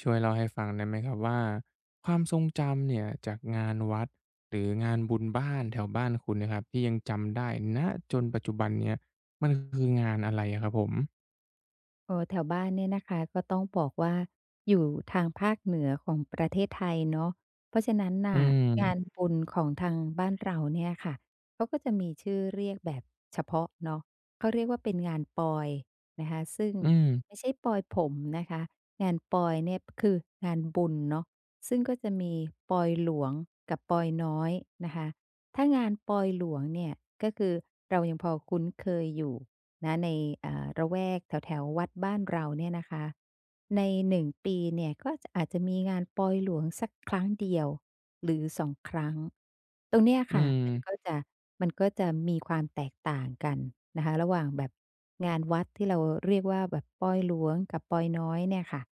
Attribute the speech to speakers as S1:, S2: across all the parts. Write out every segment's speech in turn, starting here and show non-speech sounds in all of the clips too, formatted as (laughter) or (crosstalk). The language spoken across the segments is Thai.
S1: ช่วยเล่าให้ฟังได้ไหมครับว่าความทรงจำเนี่ยจากงานวัดหรืองานบุญบ้านแถวบ้านคุณเนะครับที่ยังจำได้ณจนปัจจุบันเนี่ยมันคืองานอะไรอะครับผม
S2: แถวบ้านเนี่ยนะคะก็ต้องบอกว่าอยู่ทางภาคเหนือของประเทศไทยเนาะเพราะฉะนั้น
S1: อื
S2: น่ะงาน
S1: ม
S2: บุญของทางบ้านเราเนี่ยค่ะเขาก็จะมีชื่อเรียกแบบเฉพาะเนาะเขาเรียกว่าเป็นงานปอยนะคะซึ่ง
S1: อืม
S2: ไม่ใช่ปอยผมนะคะงานปอยเนี่ยคืองานบุญเนาะซึ่งก็จะมีปอยหลวงกับปอยน้อยนะคะถ้างานปอยหลวงเนี่ยก็คือเรายังพอคุ้นเคยอยู่ นะในเอ่ระแวกแถวๆวัดบ้านเราเนี่ยนะคะใน1ปีเนี่ยก็อาจจะมีงานปอยหลวงสักครั้งเดียวหรือ2ครั้งตรงเนี้ย
S1: อื
S2: ค่ะ
S1: ม
S2: มันก็จะมีความแตกต่างกันนะคะระหว่างแบบงานวัดที่เราเรียกว่าแบบปอยหลวงกับปอยน้อยเนี่ยค่ะ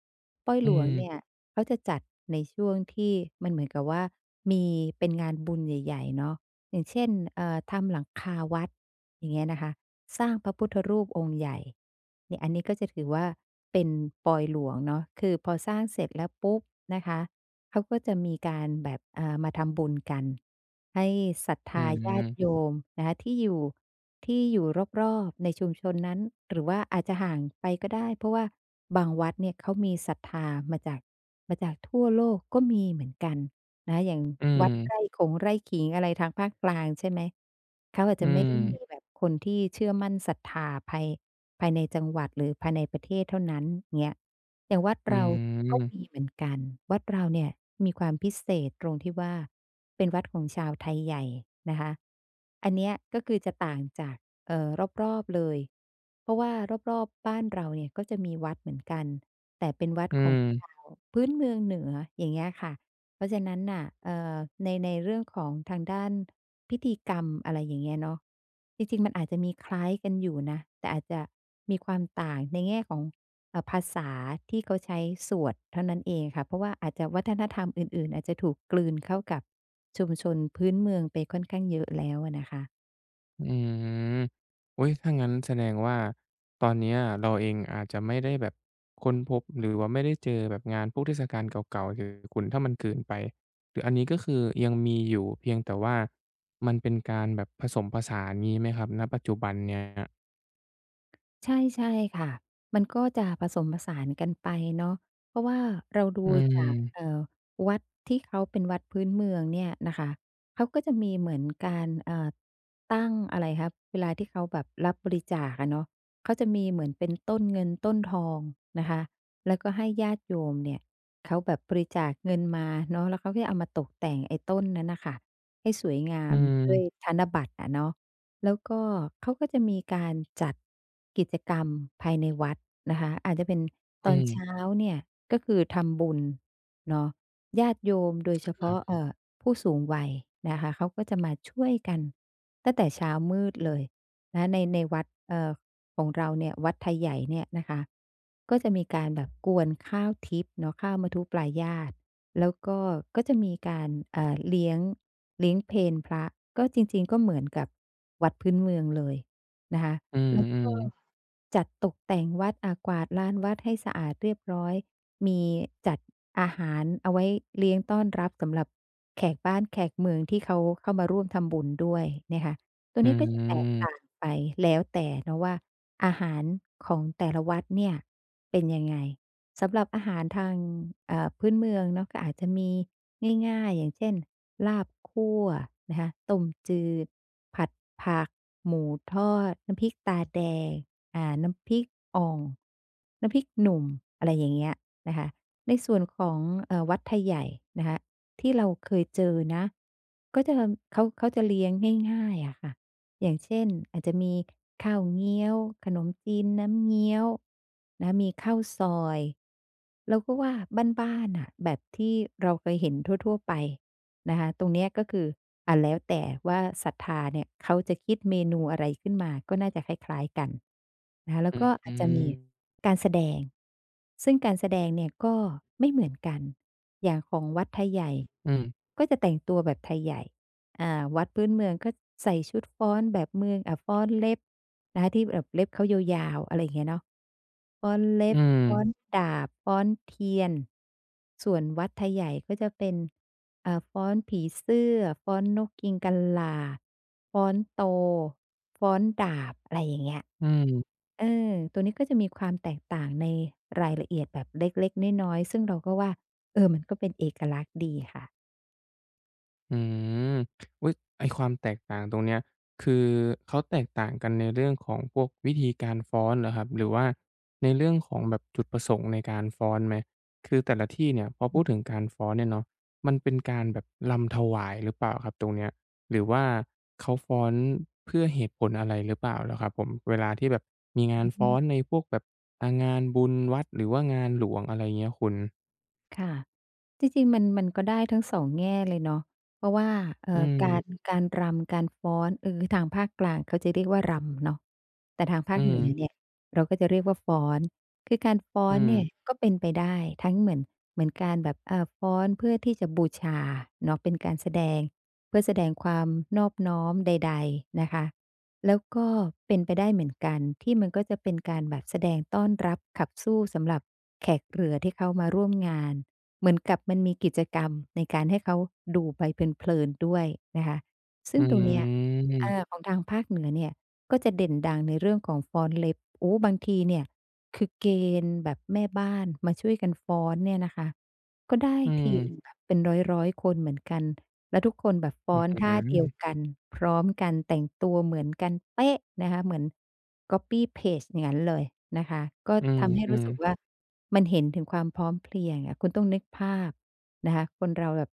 S2: ปอย
S1: อื
S2: หลวง
S1: ม
S2: เนี่ยเขาจะจัดในช่วงที่มันเหมือนกับว่ามีเป็นงานบุญใหญ่ๆเนาะ อย่างเช่นทำหลังคาวัดอย่างเงี้ยนะคะสร้างพระพุทธรูปองค์ใหญ่เนี่ยอันนี้ก็จะถือว่าเป็นปอยหลวงเนาะคือพอสร้างเสร็จแล้วปุ๊บนะคะเขาก็จะมีการแบบมาทำบุญกัน ให้ศรัท
S1: อือ
S2: ธาญาติโยมนะคะที่อยู่รอบๆในชุมชนนั้น หรือว่าอาจจะห่างไปก็ได้ เพราะว่าบางวัดเนี่ยเขามีศรัทธามาจากมาจากทั่วโลกก็มีเหมือนกัน นะอย่าง
S1: อื
S2: วัดไร่
S1: ม
S2: ขงไร่ขิงอะไรทางภาคกลางใช่ไหมเขาอาจ
S1: อื
S2: จะไม่
S1: ม
S2: ได้มีแบบคนที่เชื่อมั่นศรัทธาภายในจังหวัดหรือภายในประเทศเท่านั้นเงี้ยอย่างวัด
S1: อื
S2: เราก็มี
S1: ม
S2: เหมือนกันวัดเราเนี่ยมีความพิเศษตรงที่ว่าเป็นวัดของชาวไทยใหญ่นะคะอันเนี้ยก็คือจะต่างจากเอ่อรอบๆเลย เพราะว่ารอบๆบ้านเราเนี่ยก็จะมีวัดเหมือนกันแต่เป็นวัด
S1: อื
S2: ของ
S1: ม
S2: ชาวพื้นเมืองเหนืออย่างเงี้ยค่ะ เพราะฉะนั้นน่ะในเรื่องของทางด้านพิธีกรรมอะไรอย่างเงี้ยเนาะจริงๆมันอาจจะมีคล้ายกันอยู่นะ แต่อาจจะมีความต่างในแง่ของภาษาที่เขาใช้สวดเท่านั้นเองค่ะเพราะว่าอาจจะวัฒนธรรมอื่นๆอาจจะถูกกลืนเข้ากับชุมชนพื้นเมืองไปค่อนข้างเยอะแล้วอะนะคะ
S1: อืมอุ๊ยถ้างั้นแสดงว่าตอนเนี้ยเราเองอาจจะไม่ได้แบบค้นพบหรือว่าไม่ได้เจอแบบงานพวกเทศกาลเก่าๆหรือคุณถ้ามันเกินไปหรืออันนี้ก็คือยังมีอยู่เพียงแต่ว่ามันเป็นการแบบผสมผสานงี้ไหมครับณปัจจุบันเนี้ย
S2: ใช่ใช่ค่ะมันก็จะผสมผสานกันไปเนาะเพราะว่าเราดู
S1: อื
S2: จาก
S1: ม
S2: วัดที่เขาเป็นวัดพื้นเมืองเนี่ยนะคะเขาก็จะมีเหมือนการตั้งอะไรคะเวลาที่เขาแบบรับบริจาคอะเนาะเขาจะมีเหมือนเป็นต้นเงินต้นทองนะคะแล้วก็ให้ญาติโยมเนี่ยเขาแบบบริจาคเงินมาเนาะแล้วเขาก็เอามาตกแต่งไอ้ต้นนั้นน่ะค่ะให้สวยงา
S1: อื
S2: มด้วย
S1: ม
S2: ธนบัตรอะเนาะ แล้วก็เขาก็จะมีการจัดกิจกรรมภายในวัดนะคะอาจจะเป็นต
S1: อื
S2: อน
S1: ม
S2: เช้าเนี่ยก็คือทำบุญเนาะญาติโยมโดยเฉ
S1: ครั
S2: พาะ
S1: บ
S2: ผู้สูงวัยนะคะเขาก็จะมาช่วยกันตั้งแต่เช้ามืดเลยนะในวัดของเราเนี่ยวัดไทยใหญ่เนี่ยนะคะก็จะมีการแบบกวนข้าวทิพย์เนาะข้าวมะทุปลายาด แล้วก็ก็จะมีการอ่าเลี้ยงเลี้ยงเพลพระก็จริงๆก็เหมือนกับวัดพื้นเมืองเลยนะคะ
S1: อื
S2: แล้ว
S1: ม
S2: ก็
S1: ๆ
S2: จัดตกแต่งวัดกวาดลานวัดให้สะอาดเรียบร้อยมีจัดอาหารเอาไว้เลี้ยงต้อนรับสำหรับแขกบ้านแขกเมืองที่เขาเข้ามาร่วมทำบุญด้วยนะคะตัว
S1: อื
S2: นี้ก็จะแตกต่า
S1: ม
S2: งไปแล้วแต่เนาะว่าอาหารของแต่ละวัดเนี่ยเป็นยังไง สำหรับอาหารทางพื้นเมืองเนาะก็อาจจะมีง่ายๆอย่างเช่นลาบคั่วนะคะต้มจืดผัดผักหมูทอดน้ำพริกตาแดงน้ำพริกอ่องน้ำพริกหนุ่มอะไรอย่างเงี้ยนะคะในส่วนของวัดไทยใหญ่นะคะที่เราเคยเจอนะก็จะเขาจะเลี้ยงง่ายๆอะค่ะ อย่างเช่นอาจจะมีข้าวเงี้ยวขนมจีนน้ำเงี้ยวนะมีข้าวซอยเราก็ว่าบ้านๆน่ะแบบที่เราเคยเห็นทั่วๆไปนะคะตรงเนี้ยก็คือแล้วแต่ว่าศรัทธาเนี่ยเขาจะคิดเมนูอะไรขึ้นมาก็น่าจะคล้ายๆกันนะคะแล้
S1: อื
S2: ว
S1: ม
S2: ก็
S1: อื
S2: อาจจะ
S1: ม
S2: มีการแสดงซึ่งการแสดงเนี่ยก็ไม่เหมือนกันอย่างของวัดไทยใหญ่
S1: อืม
S2: ก็จะแต่งตัวแบบไทยใหญ่ วัดพื้นเมืองก็ใส่ชุดฟ้อนแบบเมืองฟ้อนเล็บนะคะที่แบบเล็บเขายาวๆอะไรอย่างเงี้ยเนาะฟ้อนเล็
S1: อื
S2: บ
S1: ม
S2: ฟ้อนดาบฟ้อนเทียนส่วนวัดไทยใหญ่ก็จะเป็นฟ้อนผีเสื้อฟ้อนนกกินกัลลาฟ้อนโตฟ้อนดาบอะไรอย่างเงี้ย
S1: อืม
S2: เออตัวนี้ก็จะมีความแตกต่างในรายละเอียดแบบเล็กๆน้อยๆซึ่งเราก็ว่าเออมันก็เป็นเอกลักษณ์ดีค่ะ
S1: อืมอุ๊ยไอ้ความแตกต่างตรงเนี้ยคือเขาแตกต่างกันในเรื่องของพวกวิธีการฟ้อนเหรอครับหรือว่าในเรื่องของแบบจุดประสงค์ในการฟ้อนไหมคือแต่ละที่เนี่ยพอพูดถึงการฟ้อนเนี่ยเนาะมันเป็นการแบบรำถวายหรือเปล่าครับตรงเนี้ยหรือว่าเขาฟ้อนเพื่อเหตุผลอะไรหรือเปล่าเหรอครับผมเวลาที่แบบมีงานฟ้อนในพวกแบบอ่างานบุญวัดหรือว่างานหลวงอะไรเงี้ยคุณ
S2: ค่ะจริงๆมันก็ได้ทั้งสองแง่เลยเนาะเพราะว่า
S1: อื
S2: กาม
S1: ม
S2: การรำการฟ้อนเออทางภาคกลางเขาจะเรียกว่ารำเนาะแต่ทางภา
S1: อื
S2: คเห
S1: ม
S2: นือือมเนี่ยเราก็จะเรียกว่าฟ้อนคือการฟ้อน
S1: อื
S2: เนีอื่ยม
S1: ม
S2: ก็เป็นไปได้ทั้งเหมือนการแบบฟ้อนเพื่อที่จะบูชาเนาะเป็นการแสดงเพื่อแสดงความนอบน้อมใดๆนะคะ แล้วก็เป็นไปได้เหมือนกันที่มันก็จะเป็นการแบบแสดงต้อนรับขับสู้สำหรับแขกเรือที่เขามาร่วมงานเหมือนกับมันมีกิจกรรมในการให้เขาดูไปเพลินๆด้วยนะคะซึ่
S1: อื
S2: งตรงเนี้อา
S1: ม
S2: ของทางภาคเหนือเนี่ยก็จะเด่นดังในเรื่องของฟ้อนเล็บโอ้บางทีเนี่ยคือเกณฑ์แบบแม่บ้านมาช่วยกันฟ้อนเนี่ยนะคะก็ได้
S1: อื
S2: ทีหนึ่ง
S1: ม
S2: แบบเป็นร้อยๆคนเหมือนกัน แล้วทุกคนแบบฟ้
S1: อื้
S2: อ
S1: อ
S2: นท่า
S1: ฮือ
S2: เดียวกันพร้อมกันแต่งตัวเหมือนกันเป๊ะนะคะเหมือน copy paste อย่างนั้นเลยนะคะก็
S1: อื
S2: ทำให้รู้
S1: ม
S2: สึกว่า
S1: ๆ
S2: มันเห็นถึงความพร้อมเพรียงอะคุณต้องนึกภาพนะคะคนเราแบบ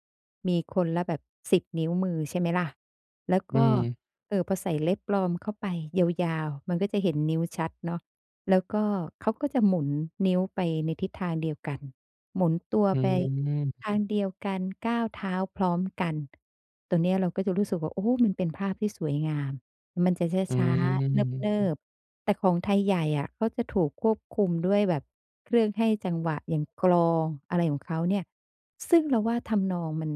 S2: มีคนละแบบ10นิ้วมือใช่ไหมล่ะแล้ว
S1: อื
S2: ก็
S1: ม
S2: พอใส่เล็บปลอมเข้าไปยาวๆมันก็จะเห็นนิ้วชัดเนาะแล้วก็เขาก็จะหมุนนิ้วไปในทิศทางเดียวกัน หมุนตัว
S1: อื
S2: ไป
S1: ม
S2: ทางเดียวกันก้าวเท้าพร้อมกันตัวเนี้ยเราก็จะรู้สึกว่าโอ้มันเป็นภาพที่สวยงาม มันจะ
S1: อื
S2: ช้า
S1: มอื
S2: ๆ เนิ
S1: ม
S2: บๆ แต่ของไทยใหญ่อะเขาจะถูกควบคุมด้วยแบบเครื่องให้จังหวะอย่างกลองอะไรของเขาเนี่ยซึ่งเราว่าทำนองมัน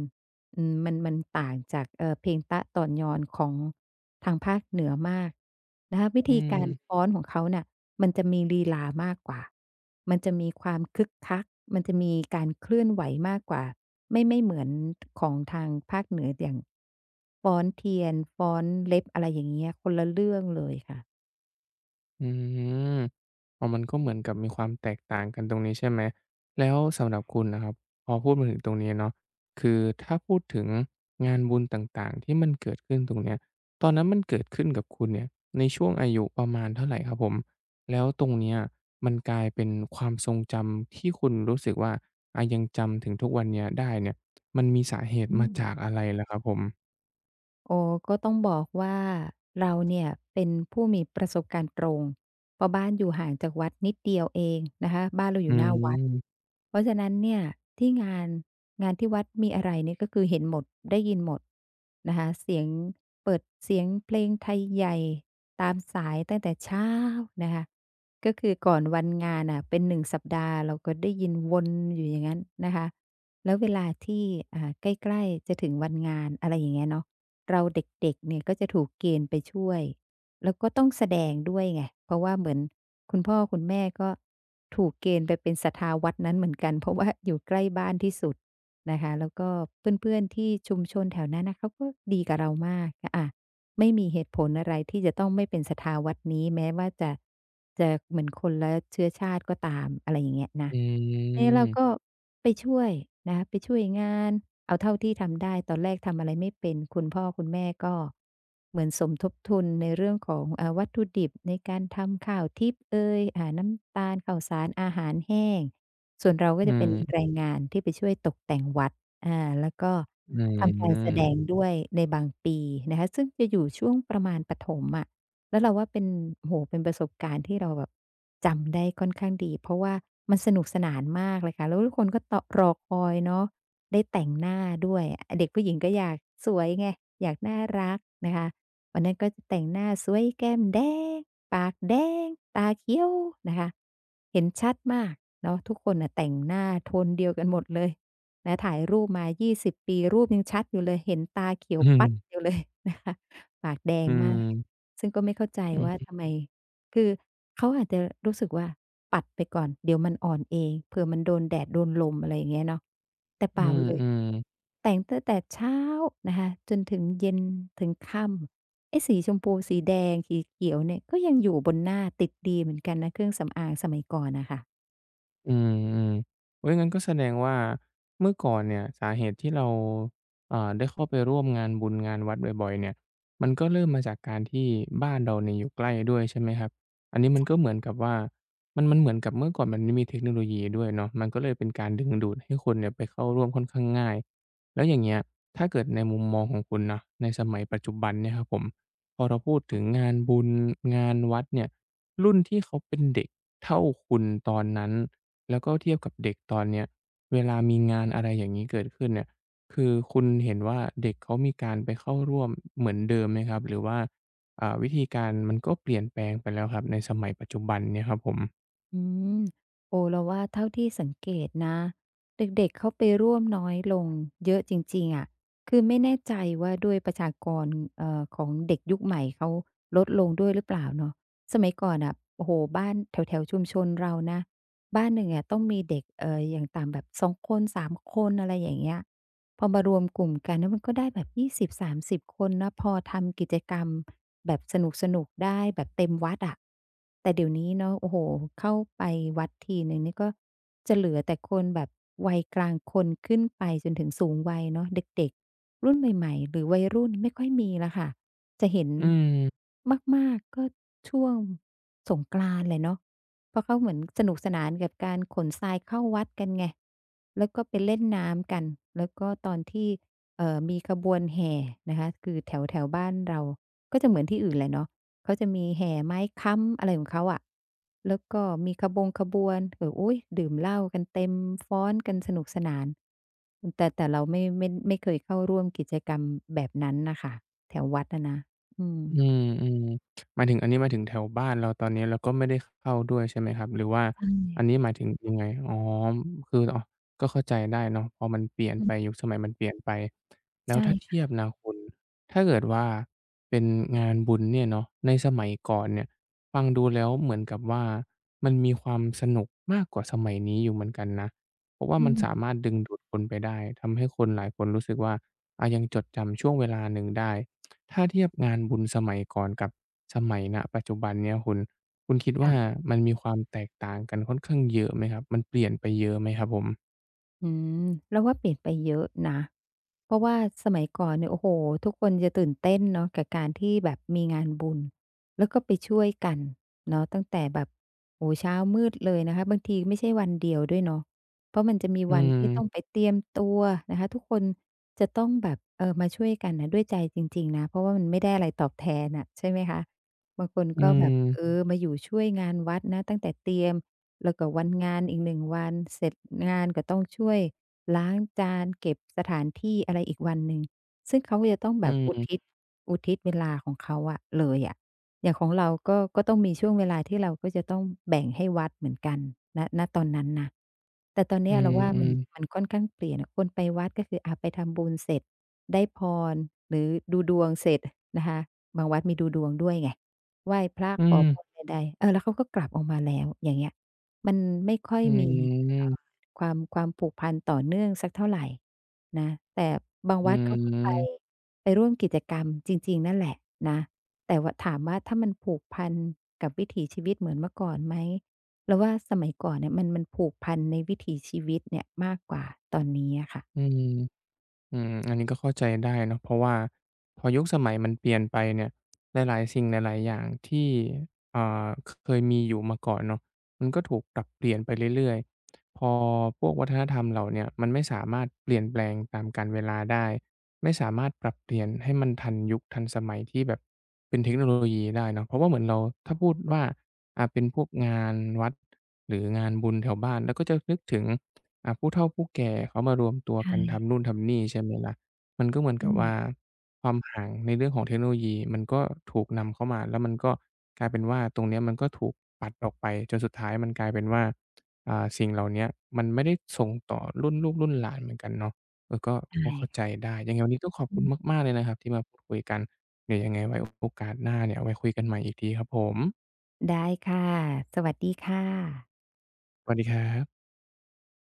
S2: อืมมันต่างจากเพลงต๊ะต่อนยอนของทางภาคเหนือมากนะคะวิ
S1: อื
S2: ธี
S1: ม
S2: การฟ้อนของเขาน่ะมันจะมีลีลามากกว่า มันจะมีความคึกคักมันจะมีการเคลื่อนไหวมากกว่าไม่เหมือนของทางภาคเหนืออย่าง ฟ้อนเทียนฟ้อนเล็บอะไรอย่างเงี้ยคนละเรื่องเลยค่ะ
S1: อืม อ๋อมันก็เหมือนกับมีความแตกต่างกันตรงนี้ใช่ไหมแล้วสำหรับคุณนะครับพอพูดมาถึงตรงนี้เนาะคือถ้าพูดถึงงานบุญต่างๆที่มันเกิดขึ้นตรงเนี้ยตอนนั้นมันเกิดขึ้นกับคุณเนี่ยในช่วงอายุประมาณเท่าไรครับผมแล้วตรงเนี้ยมันกลายเป็นความทรงจำที่คุณรู้สึกว่าอายังจำถึงทุกวันเนี้ยได้เนี่ยมันมีสาเหตุ
S2: อื
S1: มา
S2: ม
S1: จากอะไรเหรอครับผม
S2: โอ้ก็ต้องบอกว่าเราเนี่ยเป็นผู้มีประสบการณ์ตรงเพราะบ้านอยู่ห่างจากวัดนิดเดียวเองนะคะบ้านเราอ
S1: อื
S2: ยู่หน้าวัด
S1: ม
S2: เพราะฉะนั้นเนี่ยที่งานที่วัดมีอะไรเนี่ยก็คือเห็นหมดได้ยินหมดนะคะเสียงเปิดเสียงเพลงไทยใหญ่ตามสายตั้งแต่เช้านะคะก็คือก่อนวันงานอ่ะเป็นหนึ่งสัปดาห์เราก็ได้ยินวนอยู่อย่างนั้นนะคะแล้วเวลาที่ใกล้ๆจะถึงวันงานอะไรอย่างเงี้ยเนาะ เราเด็กๆเนี่ยก็จะถูกเกณฑ์ไปช่วยแล้วก็ต้องแสดงด้วยไงเพราะว่าเหมือนคุณพ่อคุณแม่ก็ถูกเกณฑ์ไปเป็นสทาวัดนั้นเหมือนกันเพราะว่าอยู่ใกล้บ้านที่สุดนะคะแล้วก็เพื่อนๆที่ชุมชนแถวนั้นนะเขาก็ดีกับเรามากอะ ไม่มีเหตุผลอะไรที่จะต้องไม่เป็นศรัทธาวัดนี้แม้ว่าจะเหมือนคนละเชื้อชาติก็ตามอะไรอย่างเงี้ยนะ
S1: อื
S2: เออื๊เราก็
S1: ม
S2: ไปช่วยนะคะไปช่วยงานเอาเท่าที่ทำได้ตอนแรกทำอะไรไม่เป็นคุณพ่อคุณแม่ก็เหมือนสมทบทุนในเรื่องของวัตถุดิบในการทำข้าวทิพเอยน้ำตาลข้าวสารอาหารแห้งส่วนเราก็
S1: อื
S2: จะเป็น
S1: ม
S2: แรงงานที่ไปช่วยตกแต่งวัด อาแล้วก็
S1: อื
S2: ทำกา
S1: ม
S2: รแสดงด้วยในบางปีนะคะซึ่งจะอยู่ช่วงประมาณประถมอะแล้วเราว่าเป็นโอ้โฮเป็นประสบการณ์ที่เราแบบจำได้ค่อนข้างดีเพราะว่ามันสนุกสนานมากเลยค่ะแล้วทุกคนก็ตอรอคอยเนาะได้แต่งหน้าด้วยอเด็กผู้หญิงก็อยากสวยไงอยากน่ารักนะคะวันนั้นก็จะแต่งหน้าสวยแก้มแดงปากแดงตาเขียวนะคะเห็นชัดมากเนาะทุกคนน่ะแต่งหน้าโทนเดียวกันหมดเลย และถ่ายรูปมา20ปีรูปยังชัดอยู่เลย เห็นตาเขียว
S1: อื
S2: ปัดอ
S1: ม
S2: ยู่เลย (laughs) นะคะปากแดงมาก ซึ่งก็ไม่เข้าใจ
S1: อื
S2: ว่า
S1: ม
S2: ทำไม คือเขาอาจจะรู้สึกว่าปัดไปก่อน เดี๋ยวมันอ่อนเองเผื่อมันโดนแดดโดนลมอะไรอย่างเงี้ยเนาะแต่
S1: อื
S2: เปล่า
S1: ม
S2: เลย
S1: อืม
S2: แต่งตั้งแต่เช้านะคะจนถึงเย็นถึงค่ำไอ้สีชมพูสีแดงสีเขียวเนี่ยก็ยังอยู่บนหน้าติดดีเหมือนกันนะเครื่องสำอางสมัยก่อนน่ะค่ะ
S1: อืมๆอุ๊ยงั้นก็แสดงว่าเมื่อก่อนเนี่ยสาเหตุที่เราอ่าได้เข้าไปร่วมงานบุญงานวัดบ่อยๆเนี่ยมันก็เริ่มมาจากการที่บ้านเราเนี่ยอยู่ใกล้ด้วยใช่ไหมครับอันนี้มันก็เหมือนกับว่ามันเหมือนกับเมื่อก่อนมันไม่มีเทคโนโลยีด้วยเนาะมันก็เลยเป็นการดึงดูดให้คนเนี่ยไปเข้าร่วมค่อนข้างง่ายแล้วอย่างเงี้ยถ้าเกิดในมุมมองของคุณนะในสมัยปัจจุบันเนี่ยครับผมพอเราพูดถึงงานบุญงานวัดเนี่ยรุ่นที่เขาเป็นเด็กเท่าคุณตอนนั้น แล้วก็เทียบกับเด็กตอนเนี้ยเวลามีงานอะไรอย่างนี้เกิดขึ้นเนี่ยคือคุณเห็นว่าเด็กเขามีการไปเข้าร่วมเหมือนเดิมไหมครับหรือว่าอ่าวิธีการมันก็เปลี่ยนแปลงไปแล้วครับในสมัยปัจจุบันเนี่ยครับผม
S2: อืมโอ้เราว่าเท่าที่สังเกตนะเด็กๆเขาไปร่วมน้อยลงเยอะจริงๆอะคือไม่แน่ใจว่าด้วยประชากรของเด็กยุคใหม่เขาลดลงด้วยหรือเปล่าเนาะสมัยก่อนอ่ะโอ้โหบ้านแถวๆชุมชนเรานะบ้านหนึ่งอะต้องมีเด็กอย่างต่ำแบบ2คน3คนอะไรอย่างเงี้ยพอมารวมกลุ่มกันแล้วมันก็ได้แบบ20-30คนนะพอทำกิจกรรม แบบสนุกสนุกได้แบบเต็มวัดอะแต่เดี๋ยวนี้เนาะโอ้โฮเข้าไปวัดทีหนึ่งนี่ก็จะเหลือแต่คนแบบวัยกลางคนขึ้นไปจนถึงสูงวัยเนาะเด็กๆรุ่นใหม่ๆหรือวัยรุ่นไม่ค่อยมีแล้วค่ะจะเห็น
S1: อืม
S2: มากๆก็ช่วงสงกรานต์แหละเนาะเพราะเขาเหมือนสนุกสนานกับการขนทรายเข้าวัดกันไงแล้วก็ไปเล่นน้ำกันแล้วก็ตอนที่ มีขบวนแห่นะคะ คือแถวแถวบ้านเราก็จะเหมือนที่อื่นแหละเนาะเขาจะมีแห่ไม้ค้ำอะไรของเขาอะแล้วก็มีขบวนอุ๊ยดื่มเหล้ากันเต็มฟ้อนกันสนุกสนาน แต่เราไม่เคยเข้าร่วมกิจกรรมแบบนั้นน่ะค่ะแถววัดอะนะอืม
S1: อืมหมายถึงอันนี้หมายถึงแถวบ้านเราตอนนี้เราก็ไม่ได้เข้าด้วยใช่ไหมครับหรือว่า
S2: ใช่
S1: อันนี้หมายถึงยังไงอ๋อคืออ๋อก็เข้าใจได้เนาะพอมันเปลี่ยน
S2: อื
S1: ไปยุ
S2: ม
S1: คสมัยมันเปลี่ยนไปแล้ว
S2: ใช่
S1: ถ้าเทียบ
S2: ค่ะ
S1: นะคุณถ้าเกิดว่าเป็นงานบุญเนี่ยเนาะในสมัยก่อนเนี่ยฟังดูแล้วเหมือนกับว่ามันมีความสนุกมากกว่าสมัยนี้อยู่เหมือนกันนะเพราะว่า
S2: อื
S1: มัน
S2: ม
S1: สามารถดึงดูดคนไปได้ทำให้คนหลายคนรู้สึกว่าอายังจดจำช่วงเวลาหนึ่งได้ ถ้าเทียบงานบุญสมัยก่อนกับสมัยณปัจจุบันเนี้ยคุณคิดว่า
S2: ค่ะ
S1: มันมีความแตกต่างกันค่อนข้างเยอะไหมครับมันเปลี่ยนไปเยอะไหมครับผม
S2: อืมเล้วว่าเปลี่ยนไปเยอะนะเพราะว่าสมัยก่อนเนี่ยโอ้โฮทุกคนจะตื่นเต้นเนาะกับการที่แบบมีงานบุญแล้วก็ไปช่วยกันเนาะตั้งแต่แบบโอ้โฮเช้ามืดเลยนะคะบางทีไม่ใช่วันเดียวด้วยเนาะเพราะมันจะมี
S1: อื
S2: วันที่ต้
S1: ม
S2: องไปเตรียมตัวนะคะทุกคนจะต้องแบบเออมาช่วยกันน่ะด้วยใจจริงๆนะเพราะว่ามันไม่ได้อะไรตอบแทนน่ะใช่ไหมคะบางคน
S1: อื
S2: ก็แบบ
S1: ม
S2: เออมาอยู่ช่วยงานวัดนะตั้งแต่เตรียม แล้วก็วันงานอีก1วันเสร็จงานก็ต้องช่วยล้างจานเก็บสถานที่อะไรอีกวันหนึ่งซึ่งเขาก็จะต้อง
S1: อื
S2: แบบอุทิ
S1: ม
S2: ศอุทิศเวลาของเขาอะเลยอะอย่างของเราก็ต้องมีช่วงเวลาที่เราก็จะต้องแบ่งให้วัดเหมือนกันณตอนนั้นนะแต่ตอน
S1: อื
S2: เนี้ยเราว่ามั
S1: ม
S2: น
S1: ๆ
S2: มันค่อนข้างเปลี่ยนอะคนไปวัดก็คืออ่าไปทำบุญเสร็จได้พรหรือดูดวงเสร็จนะคะบางวัดมีดูดวงด้วยไงไหว้พระ
S1: อื
S2: ขอ
S1: ม
S2: พรใดๆเออแล้วเขาก็กลับออกมาแล้วอย่างเงี้ย มันไม่ค่อย
S1: อื
S2: มีมเอ่อ
S1: ม
S2: ความผูกพันต่อเนื่องสักเท่าไรนะแต่บาง
S1: อื
S2: วัด
S1: ม
S2: เขาก็
S1: อื
S2: ไป
S1: ม
S2: ไปร่วมกิจกรรมจริงๆนั่นแหละนะแต่ว่าถามว่าถ้ามันผูกพันกับวิถีชีวิตเหมือนเมื่อก่อนไหมเราว่าสมัยก่อนเนี่ยมันผูกพันในวิถีชีวิตเนี่ยมากกว่าตอนนี้อะค่ะ
S1: อืม อืมอันนี้ก็เข้าใจได้เนาะเพราะว่าพอยุคสมัยมันเปลี่ยนไปเนี่ยหลายๆสิ่งหลายๆอย่างที่อ่าเคยมีอยู่มาก่อนเนาะมันก็ถูกปรับเปลี่ยนไปเรื่อยๆพอพวกวัฒนธรรมเหล่าเนี้ยมันไม่สามารถเปลี่ยนแปลงตามกาลเวลาได้ไม่สามารถปรับเปลี่ยนให้มันทันยุคทันสมัยที่แบบเป็นเทคโนโลยีได้เนาะเพราะว่าเหมือนเราถ้าพูดว่าอ่าเป็นพวกงานวัดหรืองานบุญแถวบ้านเราก็จะนึกถึง อ่าผู้เฒ่าผู้แก่เขามารวมตัว
S2: ใช่
S1: กันทำนู่นทำนี่ใช่ไหมล่ะมันก็เหมือน
S2: อื
S1: กับ
S2: ม
S1: ว่าความห่างในเรื่องของเทคโนโลยีมันก็ถูกนำเข้ามาแล้วมันก็กลายเป็นว่าตรงเนี้ยมันก็ถูกปัดออกไปจนสุดท้ายมันกลายเป็นว่าอ่าสิ่งเหล่าเนี้ยมันไม่ได้ส่งต่อรุ่นลูกรุ่นหลานเหมือนกันเนาะเออก็
S2: ใช่
S1: ก็เข้าใจ
S2: ค่ะ
S1: ได้ยังไงวันนี้ต้องขอบ
S2: อื
S1: คุณ
S2: ม
S1: มากๆเลยนะครับที่มาพูดคุยกันเดี๋ยวยังไงไว้โอกาสหน้าเนี่ยไว้คุยกันใหม่อีกทีครับผม
S2: ได้ค่ะสวัสดีค่ะ
S1: สวัสดีครับ